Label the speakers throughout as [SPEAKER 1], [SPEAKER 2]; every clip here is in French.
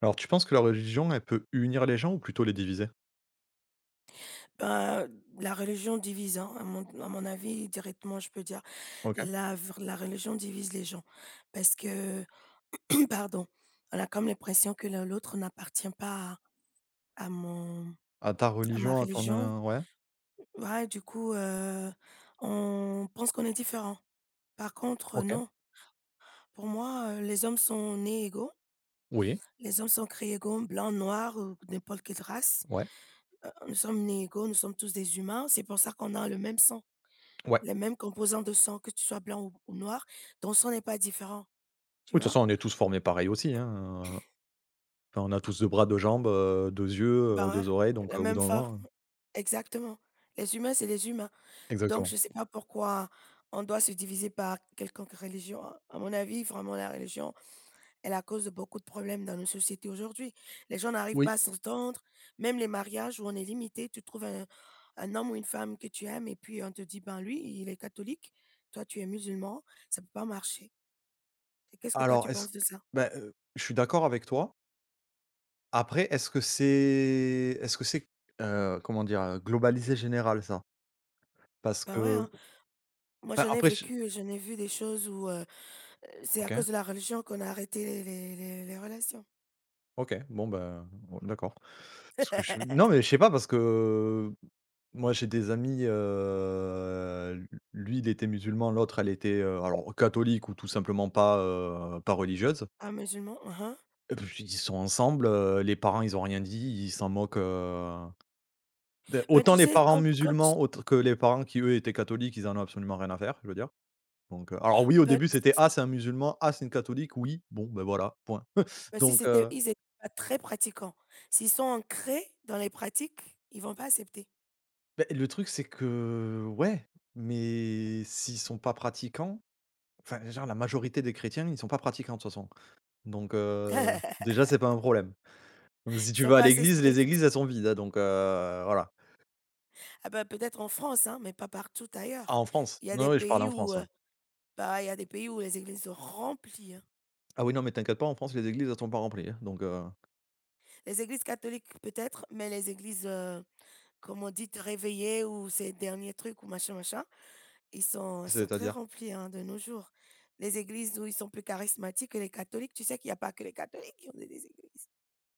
[SPEAKER 1] Alors tu penses que la religion, elle peut unir les gens ou plutôt les diviser?
[SPEAKER 2] Ben, la religion divise, hein, à mon avis, directement, je peux dire.
[SPEAKER 1] OK.
[SPEAKER 2] La religion divise les gens parce que pardon, on a comme l'impression que l'un l'autre n'appartient pas à à mon
[SPEAKER 1] À ta
[SPEAKER 2] à ma
[SPEAKER 1] religion, à ton,
[SPEAKER 2] religion.
[SPEAKER 1] ouais?
[SPEAKER 2] Ouais, du coup, on pense qu'on est différent. Par contre,
[SPEAKER 1] OK.
[SPEAKER 2] non. Pour moi, les hommes sont nés égaux.
[SPEAKER 1] Oui.
[SPEAKER 2] Les hommes sont créés égaux, blancs, noirs ou n'importe quelle race.
[SPEAKER 1] Ouais.
[SPEAKER 2] Nous sommes nés égaux, nous sommes tous des humains. C'est pour ça qu'on a le même sang.
[SPEAKER 1] Ouais.
[SPEAKER 2] Les mêmes composants de sang, que tu sois blanc ou noir, ton sang n'est pas différent, tu
[SPEAKER 1] Oui, de toute
[SPEAKER 2] vois?
[SPEAKER 1] façon, on est tous formés pareil aussi, hein, heu, enfin, on a tous 2 bras, 2 jambes, 2 yeux,
[SPEAKER 2] Ben, ouais,
[SPEAKER 1] 2 oreilles, donc
[SPEAKER 2] la
[SPEAKER 1] au bout
[SPEAKER 2] même
[SPEAKER 1] d'un
[SPEAKER 2] forme,
[SPEAKER 1] moment,
[SPEAKER 2] exactement. Les humains, c'est les humains. Donc je
[SPEAKER 1] exactement.
[SPEAKER 2] sais pas pourquoi on doit se diviser par quelconque religion. À mon avis, vraiment, la religion est la cause de beaucoup de problèmes dans nos sociétés aujourd'hui. Les gens n'arrivent pas
[SPEAKER 1] Oui,
[SPEAKER 2] à s'entendre, même les mariages où on est limité, tu trouves un homme ou une femme que tu aimes et puis on te dit: «Ben, lui, il est catholique, toi, tu es musulman, ça peut pas marcher». Et qu'est-ce que toi, tu
[SPEAKER 1] alors est-ce
[SPEAKER 2] penses de ça?
[SPEAKER 1] bah, je suis d'accord avec toi. Après, est-ce que c'est, comment dire? Globalisé général ça? Parce
[SPEAKER 2] Ben, ouais, hein.
[SPEAKER 1] que
[SPEAKER 2] Moi,
[SPEAKER 1] enfin
[SPEAKER 2] j'en ai
[SPEAKER 1] après je
[SPEAKER 2] vécu, et j'en ai vu des choses où, c'est à
[SPEAKER 1] OK,
[SPEAKER 2] cause de la religion qu'on a arrêté les relations.
[SPEAKER 1] OK, bon, ben, d'accord. Parce que je non, mais je sais pas parce que moi j'ai des amis, lui il était musulman, l'autre elle était, alors catholique ou tout simplement pas, pas religieuse.
[SPEAKER 2] Ah musulmans, hein.
[SPEAKER 1] Et puis ils sont ensemble, les parents ils ont rien dit, ils s'en moquent, beh,
[SPEAKER 2] Ben, tu
[SPEAKER 1] autant les
[SPEAKER 2] sais
[SPEAKER 1] parents
[SPEAKER 2] quand tu
[SPEAKER 1] musulmans, autre que les parents qui eux étaient catholiques, ils en ont absolument rien à faire, je veux dire. Donc, alors oui au
[SPEAKER 2] bah,
[SPEAKER 1] début c'était: «Ah c'est un musulman, ah c'est une catholique, oui, bon ben voilà, point».
[SPEAKER 2] si
[SPEAKER 1] Donc,
[SPEAKER 2] c'était ils étaient pas très pratiquants. S'ils sont ancrés dans les pratiques, ils vont pas accepter.
[SPEAKER 1] beh, le truc c'est que ouais, mais s'ils sont pas pratiquants. Enfin, genre la majorité des chrétiens, ils sont pas pratiquants de toute façon. Donc déjà c'est pas un problème. Donc si
[SPEAKER 2] Ils
[SPEAKER 1] tu
[SPEAKER 2] sont
[SPEAKER 1] vas à
[SPEAKER 2] pas assez
[SPEAKER 1] l'église, les
[SPEAKER 2] stricts.
[SPEAKER 1] églises elles sont vides, hein, donc voilà.
[SPEAKER 2] Ah ben, peut-être en France, hein, mais pas partout
[SPEAKER 1] Ah
[SPEAKER 2] ailleurs.
[SPEAKER 1] en France?
[SPEAKER 2] Il y a des
[SPEAKER 1] Non, oui, je parle
[SPEAKER 2] pays
[SPEAKER 1] en
[SPEAKER 2] où,
[SPEAKER 1] France, ouais.
[SPEAKER 2] il y a des pays où les églises sont remplies, hein.
[SPEAKER 1] Ah oui, non, mais t'inquiète pas, en France, les églises elles sont pas remplies, hein, donc
[SPEAKER 2] Les églises catholiques peut-être, mais les églises, comment on dit, te réveiller ou ces derniers trucs ou machin, machin, ils sont très
[SPEAKER 1] c'est-à-dire?
[SPEAKER 2] remplis hein, de nos jours. Les églises où ils sont plus charismatiques que les catholiques, tu sais qu'il n'y a pas que les catholiques qui ont des églises.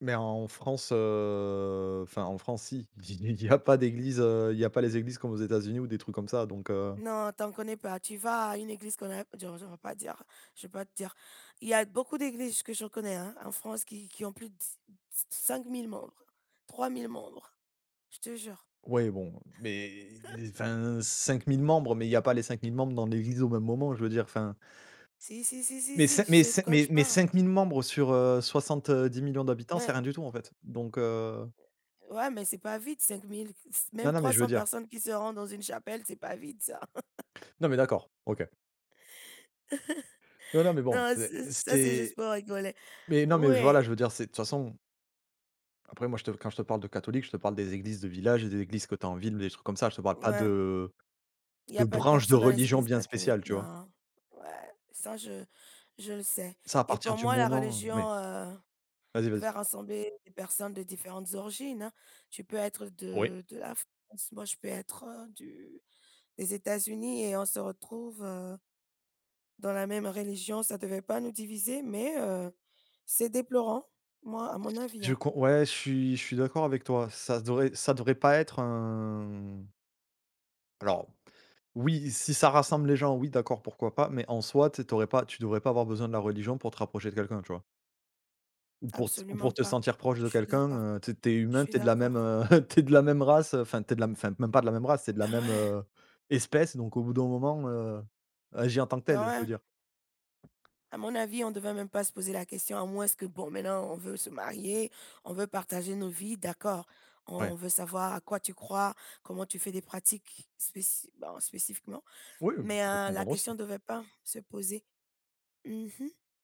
[SPEAKER 1] Mais en France, enfin en France si, il y a pas d'église, il y a pas les églises comme aux États-Unis ou des trucs comme ça, donc
[SPEAKER 2] Non, t'en connais pas. Tu vas à une église qu'on a, genre, je vais pas te dire. Il y a beaucoup d'églises que je connais hein, en France qui ont plus de 5 000 membres, 3 000 membres, je te jure.
[SPEAKER 1] ouais bon, mais enfin 5 000 membres, mais il y a pas les 5 000 membres dans l'église au même moment, je veux dire, enfin.
[SPEAKER 2] Si, si, si, si,
[SPEAKER 1] Mais cin
[SPEAKER 2] si, je
[SPEAKER 1] mais
[SPEAKER 2] sais de
[SPEAKER 1] cin
[SPEAKER 2] quoi
[SPEAKER 1] mais
[SPEAKER 2] je
[SPEAKER 1] mais
[SPEAKER 2] parle.
[SPEAKER 1] 5 000 membres sur, 70 000 000 d'habitants, c'est
[SPEAKER 2] Mais,
[SPEAKER 1] rien du tout, en fait. Donc,
[SPEAKER 2] ouais, mais c'est pas vite, 5 000,
[SPEAKER 1] non,
[SPEAKER 2] même
[SPEAKER 1] non, mais
[SPEAKER 2] trois
[SPEAKER 1] je veux
[SPEAKER 2] cents
[SPEAKER 1] dire
[SPEAKER 2] personnes qui se rendent dans une chapelle, c'est pas vite, ça.
[SPEAKER 1] non, mais d'accord, OK. Non, non, mais bon,
[SPEAKER 2] Non, c'est ça, c'est juste
[SPEAKER 1] c'est
[SPEAKER 2] pour rigoler.
[SPEAKER 1] mais non, mais je
[SPEAKER 2] Oui,
[SPEAKER 1] voilà, je veux dire, c'est de toute façon, après moi, je te quand je te parle de catholique, je te parle des églises de village et des églises que tu as en ville, des trucs comme ça. Je te parle pas
[SPEAKER 2] ouais,
[SPEAKER 1] de
[SPEAKER 2] il y a pas de
[SPEAKER 1] branches de
[SPEAKER 2] personne dans les
[SPEAKER 1] religion
[SPEAKER 2] églises
[SPEAKER 1] bien
[SPEAKER 2] catholiques,
[SPEAKER 1] spéciales, tu vois?
[SPEAKER 2] non. Ouais, ça, je le sais
[SPEAKER 1] Ça, à
[SPEAKER 2] et
[SPEAKER 1] partir
[SPEAKER 2] pour
[SPEAKER 1] du
[SPEAKER 2] moi, la
[SPEAKER 1] moment oui,
[SPEAKER 2] religion,
[SPEAKER 1] vas-y, vas-y.
[SPEAKER 2] devait rassembler des personnes de différentes origines, hein. Tu peux être
[SPEAKER 1] Oui.
[SPEAKER 2] de la France, moi, je peux être, du des États-Unis et on se retrouve, dans la même religion. Ça ne devait pas nous diviser, mais c'est déplorant, moi, à mon avis,
[SPEAKER 1] Je
[SPEAKER 2] hein.
[SPEAKER 1] com ouais, je suis d'accord avec toi. Ça devrait pas être un alors. Oui, si ça rassemble les gens, oui, d'accord, pourquoi pas, mais en soi, tu sais, tu devrais pas avoir besoin de la religion pour te rapprocher de quelqu'un, tu vois? Ou pour
[SPEAKER 2] Absolument
[SPEAKER 1] te
[SPEAKER 2] pas.
[SPEAKER 1] sentir proche
[SPEAKER 2] Je
[SPEAKER 1] de
[SPEAKER 2] suis
[SPEAKER 1] quelqu'un,
[SPEAKER 2] d'accord,
[SPEAKER 1] tu sais,
[SPEAKER 2] je
[SPEAKER 1] humain,
[SPEAKER 2] suis
[SPEAKER 1] t'es de la même,
[SPEAKER 2] d'accord.
[SPEAKER 1] tu de la même race, enfin, t'es de la m- enfin, même pas de la même race, t'es de la
[SPEAKER 2] Ben
[SPEAKER 1] même,
[SPEAKER 2] ouais.
[SPEAKER 1] espèce, donc au bout d'un moment, agis en tant que
[SPEAKER 2] Bah,
[SPEAKER 1] tel, je veux
[SPEAKER 2] ouais.
[SPEAKER 1] dire.
[SPEAKER 2] À mon avis, on devait même pas se poser la question, à moins que, bon, maintenant, on veut se marier, on veut partager nos vies, d'accord. On
[SPEAKER 1] Ouais.
[SPEAKER 2] veut savoir à quoi tu crois, comment tu fais des pratiques bon, spécifiquement.
[SPEAKER 1] Oui, on
[SPEAKER 2] Mais
[SPEAKER 1] peut te
[SPEAKER 2] la
[SPEAKER 1] comprendre aussi.
[SPEAKER 2] question devait pas se poser. Mhm.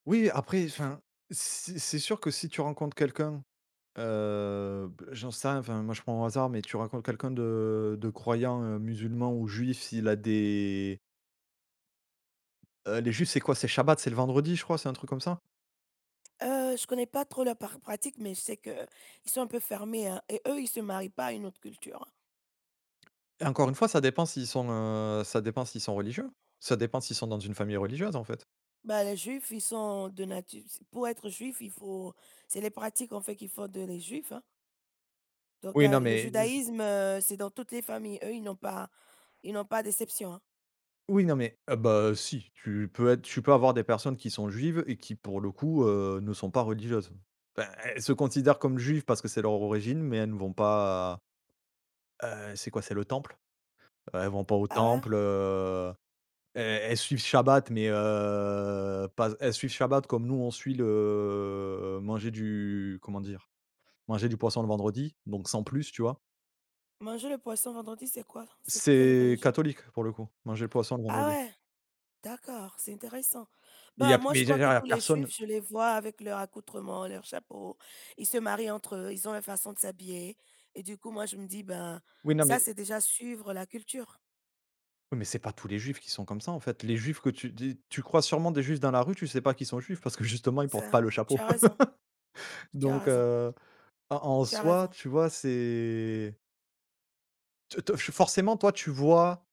[SPEAKER 1] Oui, après, enfin, c'est sûr que si tu rencontres quelqu'un, b j'en sais rien, enfin, moi, je prends au hasard, mais tu rencontres quelqu'un de croyant, musulman ou juif, s'il a des. Les juifs, c'est quoi? C'est Shabbat, c'est le vendredi, je crois, c'est un truc comme ça?
[SPEAKER 2] Je connais pas trop leur pratique, mais je sais que ils sont un peu fermés, hein, et eux, ils se marient pas à une autre culture, hein.
[SPEAKER 1] Et encore une fois, ça dépend s'ils sont, ça dépend s'ils sont religieux. Ça dépend s'ils sont dans une famille religieuse, en fait.
[SPEAKER 2] Bah, les juifs, ils sont de nature. Pour être juif, il faut. C'est les pratiques en fait qu'il faut de les juifs, hein. Donc
[SPEAKER 1] Oui,
[SPEAKER 2] la
[SPEAKER 1] non,
[SPEAKER 2] le
[SPEAKER 1] mais z
[SPEAKER 2] judaïsme, c'est dans toutes les familles. Eux, ils n'ont pas d'exception, hein.
[SPEAKER 1] oui, non, mais bah, si, tu peux avoir des personnes qui sont juives et qui, pour le coup, ne sont pas religieuses. Enfin, elles se considèrent comme juives parce que c'est leur origine, mais elles ne vont pas, c'est quoi? C'est le temple? Elles vont pas au
[SPEAKER 2] Ah ouais?
[SPEAKER 1] temple, E elles suivent Shabbat, mais pas elles suivent Shabbat comme nous on suit le manger du comment dire? Manger du poisson le vendredi, donc sans plus, tu vois?
[SPEAKER 2] Manger le poisson vendredi, c'est quoi? C'est quelle
[SPEAKER 1] C'est
[SPEAKER 2] religion?
[SPEAKER 1] catholique pour le coup, manger le poisson le
[SPEAKER 2] Ah
[SPEAKER 1] vendredi.
[SPEAKER 2] ouais, d'accord, c'est intéressant. Bah, moi, je crois
[SPEAKER 1] Il y
[SPEAKER 2] que
[SPEAKER 1] a
[SPEAKER 2] tous les
[SPEAKER 1] personne.
[SPEAKER 2] juifs, je les vois avec leur accoutrement, leur chapeau. Ils se marient entre eux, ils ont leur façon de s'habiller et du coup, moi, je me dis: «Ben,
[SPEAKER 1] Oui, non,
[SPEAKER 2] ça,
[SPEAKER 1] mais
[SPEAKER 2] c'est déjà suivre la culture».
[SPEAKER 1] oui, mais c'est pas tous les juifs qui sont comme ça, en fait. Les juifs que tu dis tu crois sûrement des juifs dans la rue, tu sais pas qu'ils sont juifs parce que justement ils portent
[SPEAKER 2] Ça,
[SPEAKER 1] pas le
[SPEAKER 2] tu
[SPEAKER 1] chapeau.
[SPEAKER 2] as raison, tu as
[SPEAKER 1] Donc
[SPEAKER 2] raison,
[SPEAKER 1] en en
[SPEAKER 2] tu as
[SPEAKER 1] soi,
[SPEAKER 2] raison.
[SPEAKER 1] tu vois, c'est te te forcément toi tu vois.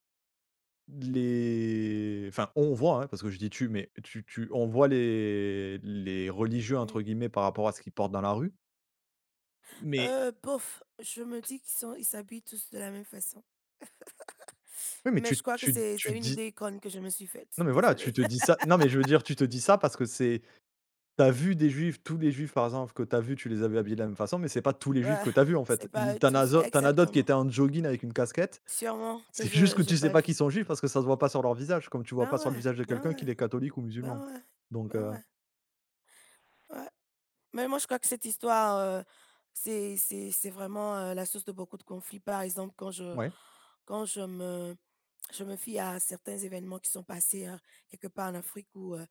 [SPEAKER 1] Les enfin, on voit, hein, parce que je dis «tu», mais tu tu on voit les «religieux» entre
[SPEAKER 2] Mmh.
[SPEAKER 1] guillemets par rapport à ce qu'ils portent dans la rue, mais
[SPEAKER 2] Bof, je me dis qu'ils sont ils s'habillent tous de la même façon.
[SPEAKER 1] oui, mais
[SPEAKER 2] Mais je
[SPEAKER 1] tu
[SPEAKER 2] crois que
[SPEAKER 1] tu
[SPEAKER 2] c'est
[SPEAKER 1] tu
[SPEAKER 2] c'est
[SPEAKER 1] te
[SPEAKER 2] une
[SPEAKER 1] dis
[SPEAKER 2] idée conne que je me suis faite,
[SPEAKER 1] non, mais voilà, tu
[SPEAKER 2] désolée.
[SPEAKER 1] te dis ça non, mais je veux dire, tu te dis ça parce que c'est t'as vu des juifs, tous les juifs par exemple que t'as vu tu les avais habillés de la même façon, mais c'est pas tous les juifs
[SPEAKER 2] Ouais,
[SPEAKER 1] que t'as vu en
[SPEAKER 2] c'est
[SPEAKER 1] fait.
[SPEAKER 2] pas
[SPEAKER 1] Il
[SPEAKER 2] eux
[SPEAKER 1] tu en as
[SPEAKER 2] tous
[SPEAKER 1] zo tu as d'autres qui
[SPEAKER 2] exactement.
[SPEAKER 1] étaient en jogging avec une casquette.
[SPEAKER 2] Sûrement que
[SPEAKER 1] C'est juste
[SPEAKER 2] je
[SPEAKER 1] que
[SPEAKER 2] j'ai
[SPEAKER 1] tu sais
[SPEAKER 2] pas
[SPEAKER 1] pas
[SPEAKER 2] vu.
[SPEAKER 1] qu'ils sont juifs parce que ça se voit pas sur leur visage, comme tu vois
[SPEAKER 2] Ben
[SPEAKER 1] pas sur le
[SPEAKER 2] ouais,
[SPEAKER 1] visage de
[SPEAKER 2] ben
[SPEAKER 1] quelqu'un
[SPEAKER 2] ouais,
[SPEAKER 1] qu'il est catholique ou
[SPEAKER 2] ben
[SPEAKER 1] musulman,
[SPEAKER 2] ouais,
[SPEAKER 1] donc
[SPEAKER 2] ben ouais, ouais. Mais moi, je crois que cette histoire, c'est vraiment, la source de beaucoup de conflits. Par exemple,
[SPEAKER 1] ouais,
[SPEAKER 2] quand je me fie à certains événements qui sont passés, quelque part en Afrique où,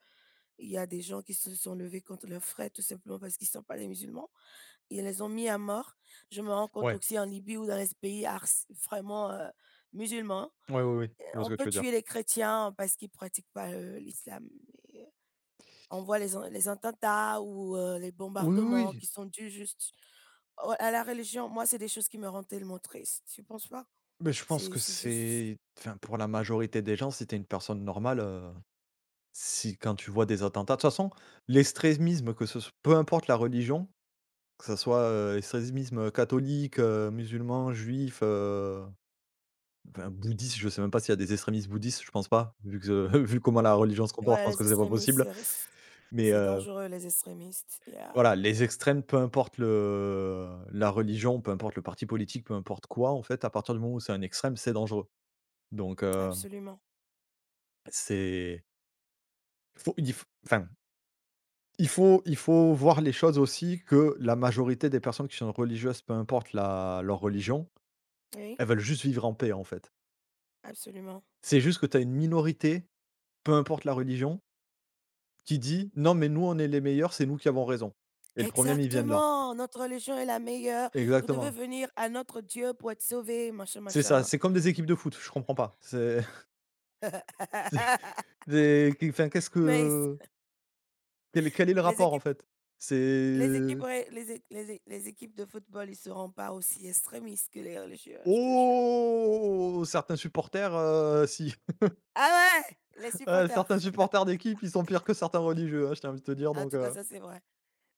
[SPEAKER 2] il y a des gens qui se sont levés contre leurs frères tout simplement parce qu'ils ne sont pas des musulmans. Ils les ont mis à mort. Je me rends compte
[SPEAKER 1] ouais,
[SPEAKER 2] aussi en Libye ou dans les pays ars vraiment, musulmans.
[SPEAKER 1] ouais, oui, oui, je vois
[SPEAKER 2] On
[SPEAKER 1] ce que
[SPEAKER 2] peut
[SPEAKER 1] tu veux dire.
[SPEAKER 2] tuer les chrétiens parce qu'ils ne pratiquent pas, l'islam, on voit les attentats ou les
[SPEAKER 1] Oui, oui,
[SPEAKER 2] bombardements
[SPEAKER 1] oui,
[SPEAKER 2] qui sont dus juste au à la religion. Moi, c'est des choses qui me rendent tellement triste, tu penses pas?
[SPEAKER 1] mais je pense que
[SPEAKER 2] C'est juste
[SPEAKER 1] c'est enfin, pour la majorité des gens, si t'es une personne normale, si quand tu vois des attentats de toute façon, l'extrémisme, que ce soit, peu importe la religion, que ça soit, extrémisme, catholique, musulman, juif, enfin bouddhiste, je sais même pas s'il y a des extrémistes bouddhistes, je pense pas, vu que vu comment la religion se comporte, je
[SPEAKER 2] Ouais,
[SPEAKER 1] pense
[SPEAKER 2] les
[SPEAKER 1] que c'est pas
[SPEAKER 2] extrémistes,
[SPEAKER 1] possible, mais
[SPEAKER 2] c'est dangereux les extrémistes. Yeah,
[SPEAKER 1] voilà, les extrêmes, peu importe le la religion, peu importe le parti politique, peu importe quoi, en fait, à partir du moment où c'est un extrême, c'est dangereux, donc heu.
[SPEAKER 2] absolument.
[SPEAKER 1] C'est enfin, il faut voir les choses aussi que la majorité des personnes qui sont religieuses, peu importe la leur religion,
[SPEAKER 2] Oui,
[SPEAKER 1] elles veulent juste vivre en paix, en fait.
[SPEAKER 2] absolument.
[SPEAKER 1] C'est juste que tu as une minorité, peu importe la religion, qui dit: «Non, mais nous, on est les meilleurs, c'est nous qui avons raison» et le problème, il vient de là.
[SPEAKER 2] Exactement! Notre religion est la meilleure. Vous devez
[SPEAKER 1] Exactement.
[SPEAKER 2] venir à notre Dieu pour être sauvé machin,
[SPEAKER 1] C'est ça,
[SPEAKER 2] machin.
[SPEAKER 1] c'est comme des équipes de foot, je comprends pas. C'est c'est enfin, qu'est-ce
[SPEAKER 2] Mais
[SPEAKER 1] que quel est le
[SPEAKER 2] les
[SPEAKER 1] rapport, en
[SPEAKER 2] équipes
[SPEAKER 1] fait?
[SPEAKER 2] les équipes
[SPEAKER 1] C'est:
[SPEAKER 2] ré les é les é les équipes de football, ils seront pas aussi extrémistes que les religieux, hein, je te jure.
[SPEAKER 1] «Oh! Certains supporters, si».
[SPEAKER 2] Ah ouais! Les supporters.
[SPEAKER 1] Certains supporters d'équipe, ils sont pires que certains religieux, hein, je tiens à te dire
[SPEAKER 2] En tout cas, ça, c'est vrai.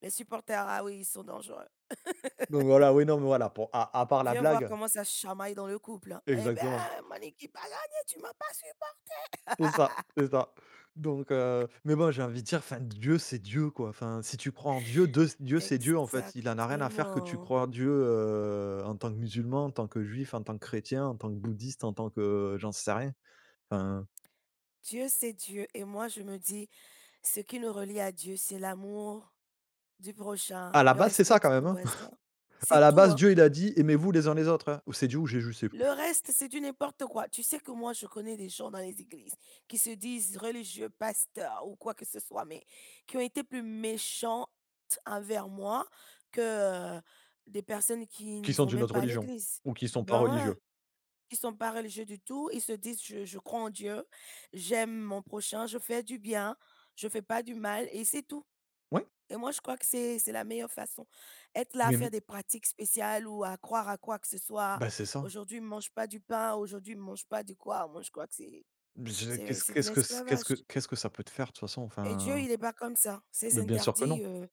[SPEAKER 2] Les supporters, ah oui, ils sont dangereux.
[SPEAKER 1] donc voilà, oui, non, mais voilà, pour à part la
[SPEAKER 2] Viens voir
[SPEAKER 1] blague.
[SPEAKER 2] comment ça se chamaille dans le couple, hein. «Eh beh,
[SPEAKER 1] Exactement,
[SPEAKER 2] mon équipe a gagné, tu m'as pas suppo».
[SPEAKER 1] c'est ça, c'est ça. Donc mais bon, j'ai envie de dire, enfin, Dieu, c'est Dieu, quoi. Enfin, si tu crois en Dieu, Dieu, c'est Dieu, en fait. Il en a rien à faire que tu
[SPEAKER 2] Exactement.
[SPEAKER 1] crois en Dieu, en tant que musulman, en tant que juif, en tant que chrétien, en tant que bouddhiste, en tant que j'en sais rien. Enfin,
[SPEAKER 2] Dieu, c'est Dieu et moi, je me dis: «Ce qui nous relie à Dieu, c'est l'amour du prochain,
[SPEAKER 1] à la
[SPEAKER 2] le
[SPEAKER 1] base, c'est
[SPEAKER 2] respect
[SPEAKER 1] ça,
[SPEAKER 2] de
[SPEAKER 1] quand même,
[SPEAKER 2] son
[SPEAKER 1] hein.
[SPEAKER 2] voisin».
[SPEAKER 1] À
[SPEAKER 2] C'est
[SPEAKER 1] la
[SPEAKER 2] tout,
[SPEAKER 1] base,
[SPEAKER 2] hein.
[SPEAKER 1] Dieu, il a dit: «Aimez-vous les uns les autres», hein. Ou c'est Dieu ou Jésus, je sais
[SPEAKER 2] Le
[SPEAKER 1] plus,
[SPEAKER 2] reste, c'est du n'importe quoi. Tu sais que moi, je connais des gens dans les églises qui se disent religieux, pasteurs ou quoi que ce soit, mais qui ont été plus méchantes envers moi que des personnes qui ne
[SPEAKER 1] qui sont
[SPEAKER 2] vont
[SPEAKER 1] d'une
[SPEAKER 2] même
[SPEAKER 1] autre
[SPEAKER 2] pas à
[SPEAKER 1] religion
[SPEAKER 2] l'église.
[SPEAKER 1] ou qui sont pas
[SPEAKER 2] Ben ouais,
[SPEAKER 1] religieux.
[SPEAKER 2] qui sont pas religieux du tout. Ils se disent, je crois en Dieu, j'aime mon prochain, je fais du bien, je fais pas du mal et c'est tout.
[SPEAKER 1] Ouais,
[SPEAKER 2] Et moi, je crois que c'est la meilleure façon. Être là à faire
[SPEAKER 1] mais
[SPEAKER 2] des pratiques spéciales ou à croire à quoi que ce soit.
[SPEAKER 1] bah, c'est ça.
[SPEAKER 2] Aujourd'hui, ne mange pas du pain. Aujourd'hui, ne mange pas du quoi. Moi, je crois que c'est
[SPEAKER 1] Je
[SPEAKER 2] c'est
[SPEAKER 1] qu'est-ce
[SPEAKER 2] c'est de
[SPEAKER 1] qu'est-ce que c
[SPEAKER 2] l'esclavage.
[SPEAKER 1] qu'est-ce que ça peut te faire de toute façon?
[SPEAKER 2] Et Dieu,
[SPEAKER 1] Enfin,
[SPEAKER 2] il est pas comme ça. Ses
[SPEAKER 1] mais bien sûr que non.
[SPEAKER 2] interdits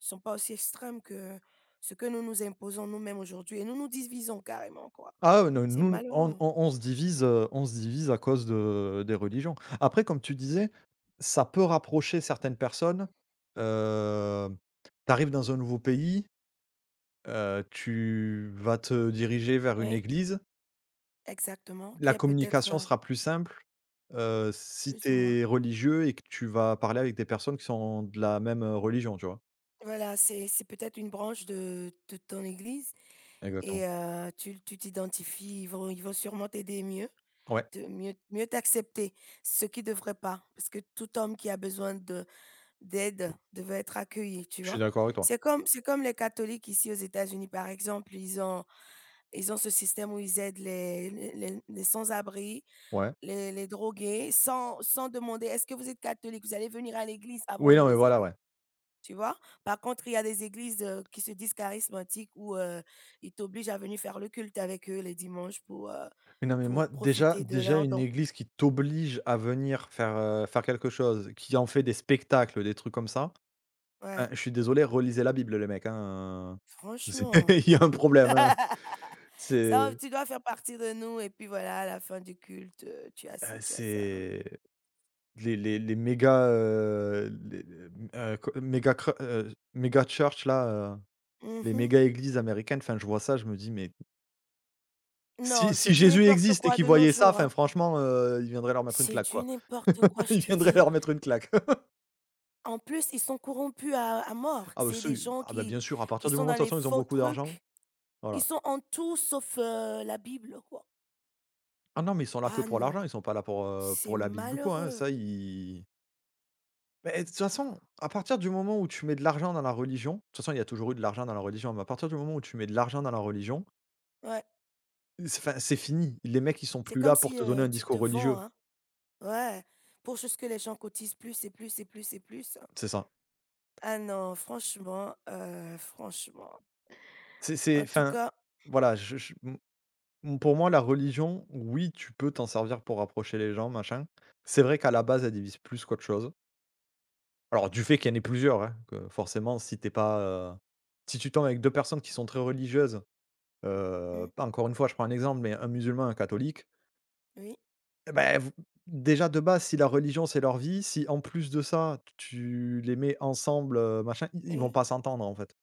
[SPEAKER 2] sont pas aussi extrêmes que ce que nous nous imposons nous-mêmes aujourd'hui. Et nous nous divisons carrément, quoi.
[SPEAKER 1] Ah ouais, non,
[SPEAKER 2] C'est
[SPEAKER 1] nous,
[SPEAKER 2] malheureux.
[SPEAKER 1] on se divise à cause de des religions. Après, comme tu disais, ça peut rapprocher certaines personnes. Hem, tu dans un nouveau pays, tu vas te diriger vers une
[SPEAKER 2] Oui,
[SPEAKER 1] église.
[SPEAKER 2] exactement. Qui
[SPEAKER 1] La
[SPEAKER 2] est peut-être
[SPEAKER 1] communication sera plus simple, si
[SPEAKER 2] plus ou moins.
[SPEAKER 1] t'es religieux et que tu vas parler avec des personnes qui sont de la même, religion, tu vois?
[SPEAKER 2] Voilà, c'est peut-être une branche de ton église.
[SPEAKER 1] Exactement.
[SPEAKER 2] Et tu t'identifies, ils vont sûrement t'aider mieux,
[SPEAKER 1] Ouais,
[SPEAKER 2] te mieux mieux t'accepter, ce qui ne devrait pas, parce que tout homme qui a besoin de d'aide devait être accueilli, tu
[SPEAKER 1] je suis
[SPEAKER 2] vois?
[SPEAKER 1] d'accord avec toi.
[SPEAKER 2] C'est comme les catholiques ici aux États-Unis, par exemple, ils ont ce système où ils aident les sans-abri,
[SPEAKER 1] Ouais.
[SPEAKER 2] les drogués, sans demander: «Est-ce que vous êtes catholique? Vous allez venir à l'église?» avant
[SPEAKER 1] Oui,
[SPEAKER 2] de
[SPEAKER 1] non, mais
[SPEAKER 2] les
[SPEAKER 1] voilà,
[SPEAKER 2] aider.
[SPEAKER 1] ouais.
[SPEAKER 2] Tu vois? Par contre, il y a des églises, qui se disent charismatiques où, ils t'obligent à venir faire le culte avec eux les dimanches
[SPEAKER 1] Mais non, mais
[SPEAKER 2] pour
[SPEAKER 1] moi, déjà
[SPEAKER 2] profiter de
[SPEAKER 1] déjà
[SPEAKER 2] leurs
[SPEAKER 1] une
[SPEAKER 2] dons.
[SPEAKER 1] église qui t'oblige à venir faire, faire quelque chose, qui en fait des spectacles, des trucs comme ça. Enfin,
[SPEAKER 2] Ouais,
[SPEAKER 1] je suis désolé, relisez la Bible les mecs, hein, c'est
[SPEAKER 2] franchement.
[SPEAKER 1] il y a un problème, hein.
[SPEAKER 2] Ça,
[SPEAKER 1] C'est,
[SPEAKER 2] tu dois faire partie de nous et puis voilà, à la fin du culte, tu as ci, tu as ça.
[SPEAKER 1] c'est les méga, les, hem, co méga cre méga church là, les
[SPEAKER 2] Mmh.
[SPEAKER 1] méga églises américaines, enfin je vois ça, je me dis: «Mais
[SPEAKER 2] Non, c'est
[SPEAKER 1] si
[SPEAKER 2] du
[SPEAKER 1] Jésus
[SPEAKER 2] n'importe
[SPEAKER 1] existe et
[SPEAKER 2] quoi
[SPEAKER 1] qu'il
[SPEAKER 2] de nos
[SPEAKER 1] voyait ça,
[SPEAKER 2] jours,
[SPEAKER 1] enfin
[SPEAKER 2] hein.
[SPEAKER 1] franchement, il viendrait leur mettre une
[SPEAKER 2] C'est
[SPEAKER 1] claque
[SPEAKER 2] du
[SPEAKER 1] quoi».
[SPEAKER 2] n'importe quoi, je
[SPEAKER 1] Il
[SPEAKER 2] te
[SPEAKER 1] viendrait
[SPEAKER 2] dis.
[SPEAKER 1] leur mettre une claque.
[SPEAKER 2] En plus, ils sont corrompus à mort.
[SPEAKER 1] Ah bah,
[SPEAKER 2] C'est des
[SPEAKER 1] ceux
[SPEAKER 2] gens
[SPEAKER 1] ah bah, bien sûr, à
[SPEAKER 2] qui
[SPEAKER 1] partir du
[SPEAKER 2] sont
[SPEAKER 1] moment,
[SPEAKER 2] dans
[SPEAKER 1] de toute
[SPEAKER 2] les
[SPEAKER 1] façon, ils ont
[SPEAKER 2] faux
[SPEAKER 1] beaucoup d'argent,
[SPEAKER 2] trucs. Ils
[SPEAKER 1] voilà.
[SPEAKER 2] sont en tout sauf, la Bible, quoi.
[SPEAKER 1] Ah non, mais ils sont là que
[SPEAKER 2] Ah
[SPEAKER 1] pour l'argent,
[SPEAKER 2] non,
[SPEAKER 1] ils sont pas là
[SPEAKER 2] c'est
[SPEAKER 1] pour la Bible ou quoi, hein,
[SPEAKER 2] malheureux.
[SPEAKER 1] ça ils. Mais de toute façon, à partir du moment où tu mets de l'argent dans la religion, de toute façon, il y a toujours eu de l'argent dans la religion, mais à partir du moment où tu mets de l'argent dans la religion,
[SPEAKER 2] Ouais,
[SPEAKER 1] c'est enfin, c'est fini. Les mecs, ils sont
[SPEAKER 2] c'est
[SPEAKER 1] plus
[SPEAKER 2] comme
[SPEAKER 1] là pour
[SPEAKER 2] si,
[SPEAKER 1] te donner un
[SPEAKER 2] tu te
[SPEAKER 1] discours
[SPEAKER 2] vends,
[SPEAKER 1] religieux,
[SPEAKER 2] hein. Ouais, pour juste que les gens cotisent plus et plus et plus et plus.
[SPEAKER 1] c'est ça.
[SPEAKER 2] Ah non, franchement, franchement.
[SPEAKER 1] C'est
[SPEAKER 2] En tout
[SPEAKER 1] enfin,
[SPEAKER 2] cas
[SPEAKER 1] voilà, je m m pour moi, la religion, oui, tu peux t'en servir pour rapprocher les gens, machin. C'est vrai qu'à la base, elle divise plus qu'autre chose. Alors du fait qu'il y en ait plusieurs, hein, que forcément si t'es pas, heu, si tu tombes avec 2 personnes qui sont très religieuses,
[SPEAKER 2] mmh,
[SPEAKER 1] pas encore une fois, je prends un exemple, mais un musulman, un catholique,
[SPEAKER 2] oui,
[SPEAKER 1] et beh, v déjà de base, si la religion c'est leur vie, si en plus de ça, tu les mets ensemble, machin, i ils vont
[SPEAKER 2] oui,
[SPEAKER 1] pas s'entendre en fait.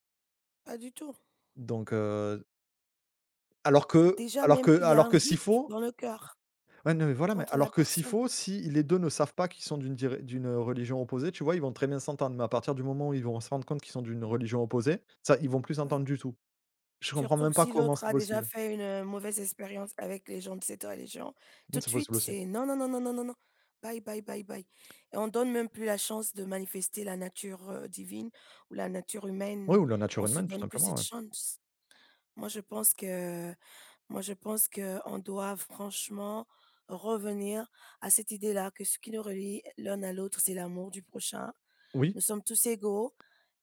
[SPEAKER 2] pas du tout.
[SPEAKER 1] Donc alors que
[SPEAKER 2] Déjà
[SPEAKER 1] alors
[SPEAKER 2] même,
[SPEAKER 1] que
[SPEAKER 2] il y a
[SPEAKER 1] alors
[SPEAKER 2] un
[SPEAKER 1] que s'il
[SPEAKER 2] hic
[SPEAKER 1] faut
[SPEAKER 2] dans le cœur
[SPEAKER 1] ouais, non, mais voilà, mais
[SPEAKER 2] contre la
[SPEAKER 1] alors que s'il
[SPEAKER 2] personne.
[SPEAKER 1] faut, si les 2 ne savent pas qu'ils sont d'une religion opposée, tu vois, ils vont très bien s'entendre, mais à partir du moment où ils vont se rendre compte qu'ils sont d'une religion opposée, ça, ils vont plus
[SPEAKER 2] Ouais.
[SPEAKER 1] s'entendre du tout. Je comprends
[SPEAKER 2] Surtout que
[SPEAKER 1] même pas
[SPEAKER 2] si
[SPEAKER 1] comment
[SPEAKER 2] l'autre
[SPEAKER 1] c'est
[SPEAKER 2] a déjà
[SPEAKER 1] possible.
[SPEAKER 2] fait une, mauvaise expérience avec les gens de cette religion,
[SPEAKER 1] Mmh,
[SPEAKER 2] tout de
[SPEAKER 1] c'est
[SPEAKER 2] suite,
[SPEAKER 1] possible aussi.
[SPEAKER 2] c'est: «Non, non, non, non, non, non, non, bye, bye, bye, bye» et on donne même plus la chance de manifester la nature, divine ou la nature
[SPEAKER 1] Oui,
[SPEAKER 2] humaine.
[SPEAKER 1] ou la nature
[SPEAKER 2] On se
[SPEAKER 1] humaine, tout
[SPEAKER 2] donne plus
[SPEAKER 1] simplement,
[SPEAKER 2] cette
[SPEAKER 1] ouais.
[SPEAKER 2] chance. Moi, je pense que Moi, je pense qu'on doit franchement revenir à cette idée-là que ce qui nous relie l'un à l'autre, c'est l'amour du prochain.
[SPEAKER 1] Oui,
[SPEAKER 2] Nous sommes tous égaux.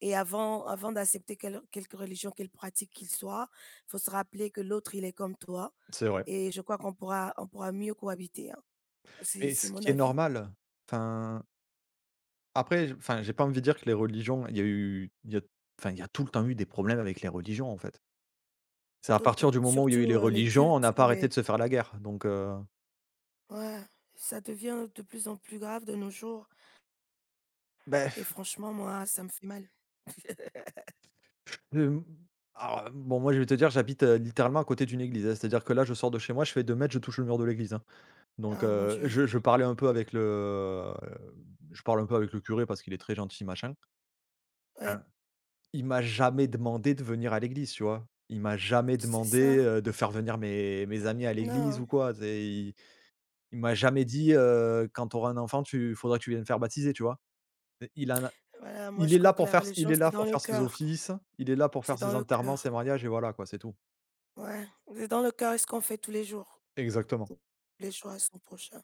[SPEAKER 2] Et avant d'accepter quelque religion, quelle pratique qu'il soit, il faut se rappeler que l'autre, il est comme toi.
[SPEAKER 1] c'est vrai.
[SPEAKER 2] Et je crois qu'on pourra mieux cohabiter, hein.
[SPEAKER 1] Mais
[SPEAKER 2] C'est
[SPEAKER 1] ce
[SPEAKER 2] mon
[SPEAKER 1] qui est
[SPEAKER 2] avis,
[SPEAKER 1] normal. Enfin, après, j enfin, j'ai pas envie de dire que les religions il y a enfin, il y a tout le temps eu des problèmes avec les religions, en fait. C'est à
[SPEAKER 2] tout le temps.
[SPEAKER 1] partir du moment où il y a eu
[SPEAKER 2] Surtout
[SPEAKER 1] les
[SPEAKER 2] les
[SPEAKER 1] religions, on
[SPEAKER 2] cultes,
[SPEAKER 1] n'a pas
[SPEAKER 2] tous
[SPEAKER 1] arrêté
[SPEAKER 2] les...
[SPEAKER 1] de se faire la guerre, donc
[SPEAKER 2] Ouais, ça devient de plus en plus grave de nos jours.
[SPEAKER 1] beh,
[SPEAKER 2] Et franchement, moi, ça me fait mal.
[SPEAKER 1] hem, alors, bon, moi, je vais te dire, j'habite, littéralement à côté d'une église, hein. C'est-à-dire que là, je sors de chez moi, je fais 2 mètres, je touche le mur de l'église, hein, donc
[SPEAKER 2] Ah mon Dieu.
[SPEAKER 1] je parle un peu avec le curé parce qu'il est très gentil, machin.
[SPEAKER 2] Ouais,
[SPEAKER 1] Hein, il m'a jamais demandé de venir à l'église, tu vois? Il m'a jamais
[SPEAKER 2] c'est ça.
[SPEAKER 1] demandé, de faire venir mes amis à l'église
[SPEAKER 2] Non.
[SPEAKER 1] ou quoi. C'est il m'a jamais dit, «Quand tu auras un enfant, tu faudra que tu viennes faire baptiser», tu vois? Et il en a
[SPEAKER 2] Voilà, moi,
[SPEAKER 1] il
[SPEAKER 2] je
[SPEAKER 1] est
[SPEAKER 2] crois
[SPEAKER 1] là
[SPEAKER 2] que
[SPEAKER 1] pour
[SPEAKER 2] la
[SPEAKER 1] faire
[SPEAKER 2] religion,
[SPEAKER 1] il est
[SPEAKER 2] c'est
[SPEAKER 1] là
[SPEAKER 2] dans
[SPEAKER 1] pour
[SPEAKER 2] le
[SPEAKER 1] faire ses
[SPEAKER 2] cœur.
[SPEAKER 1] offices, il est là pour faire
[SPEAKER 2] C'est dans
[SPEAKER 1] ses
[SPEAKER 2] le
[SPEAKER 1] enterrements,
[SPEAKER 2] cœur.
[SPEAKER 1] ses mariages et voilà quoi, c'est tout.
[SPEAKER 2] Ouais, c'est dans le cœur et ce qu'on fait tous les jours,
[SPEAKER 1] Exactement.
[SPEAKER 2] les choix à son prochain.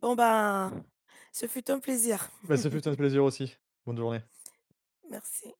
[SPEAKER 2] Bon, ben, ce fut un plaisir.
[SPEAKER 1] Bah, ce fut un plaisir aussi. Bonne journée.
[SPEAKER 2] Merci.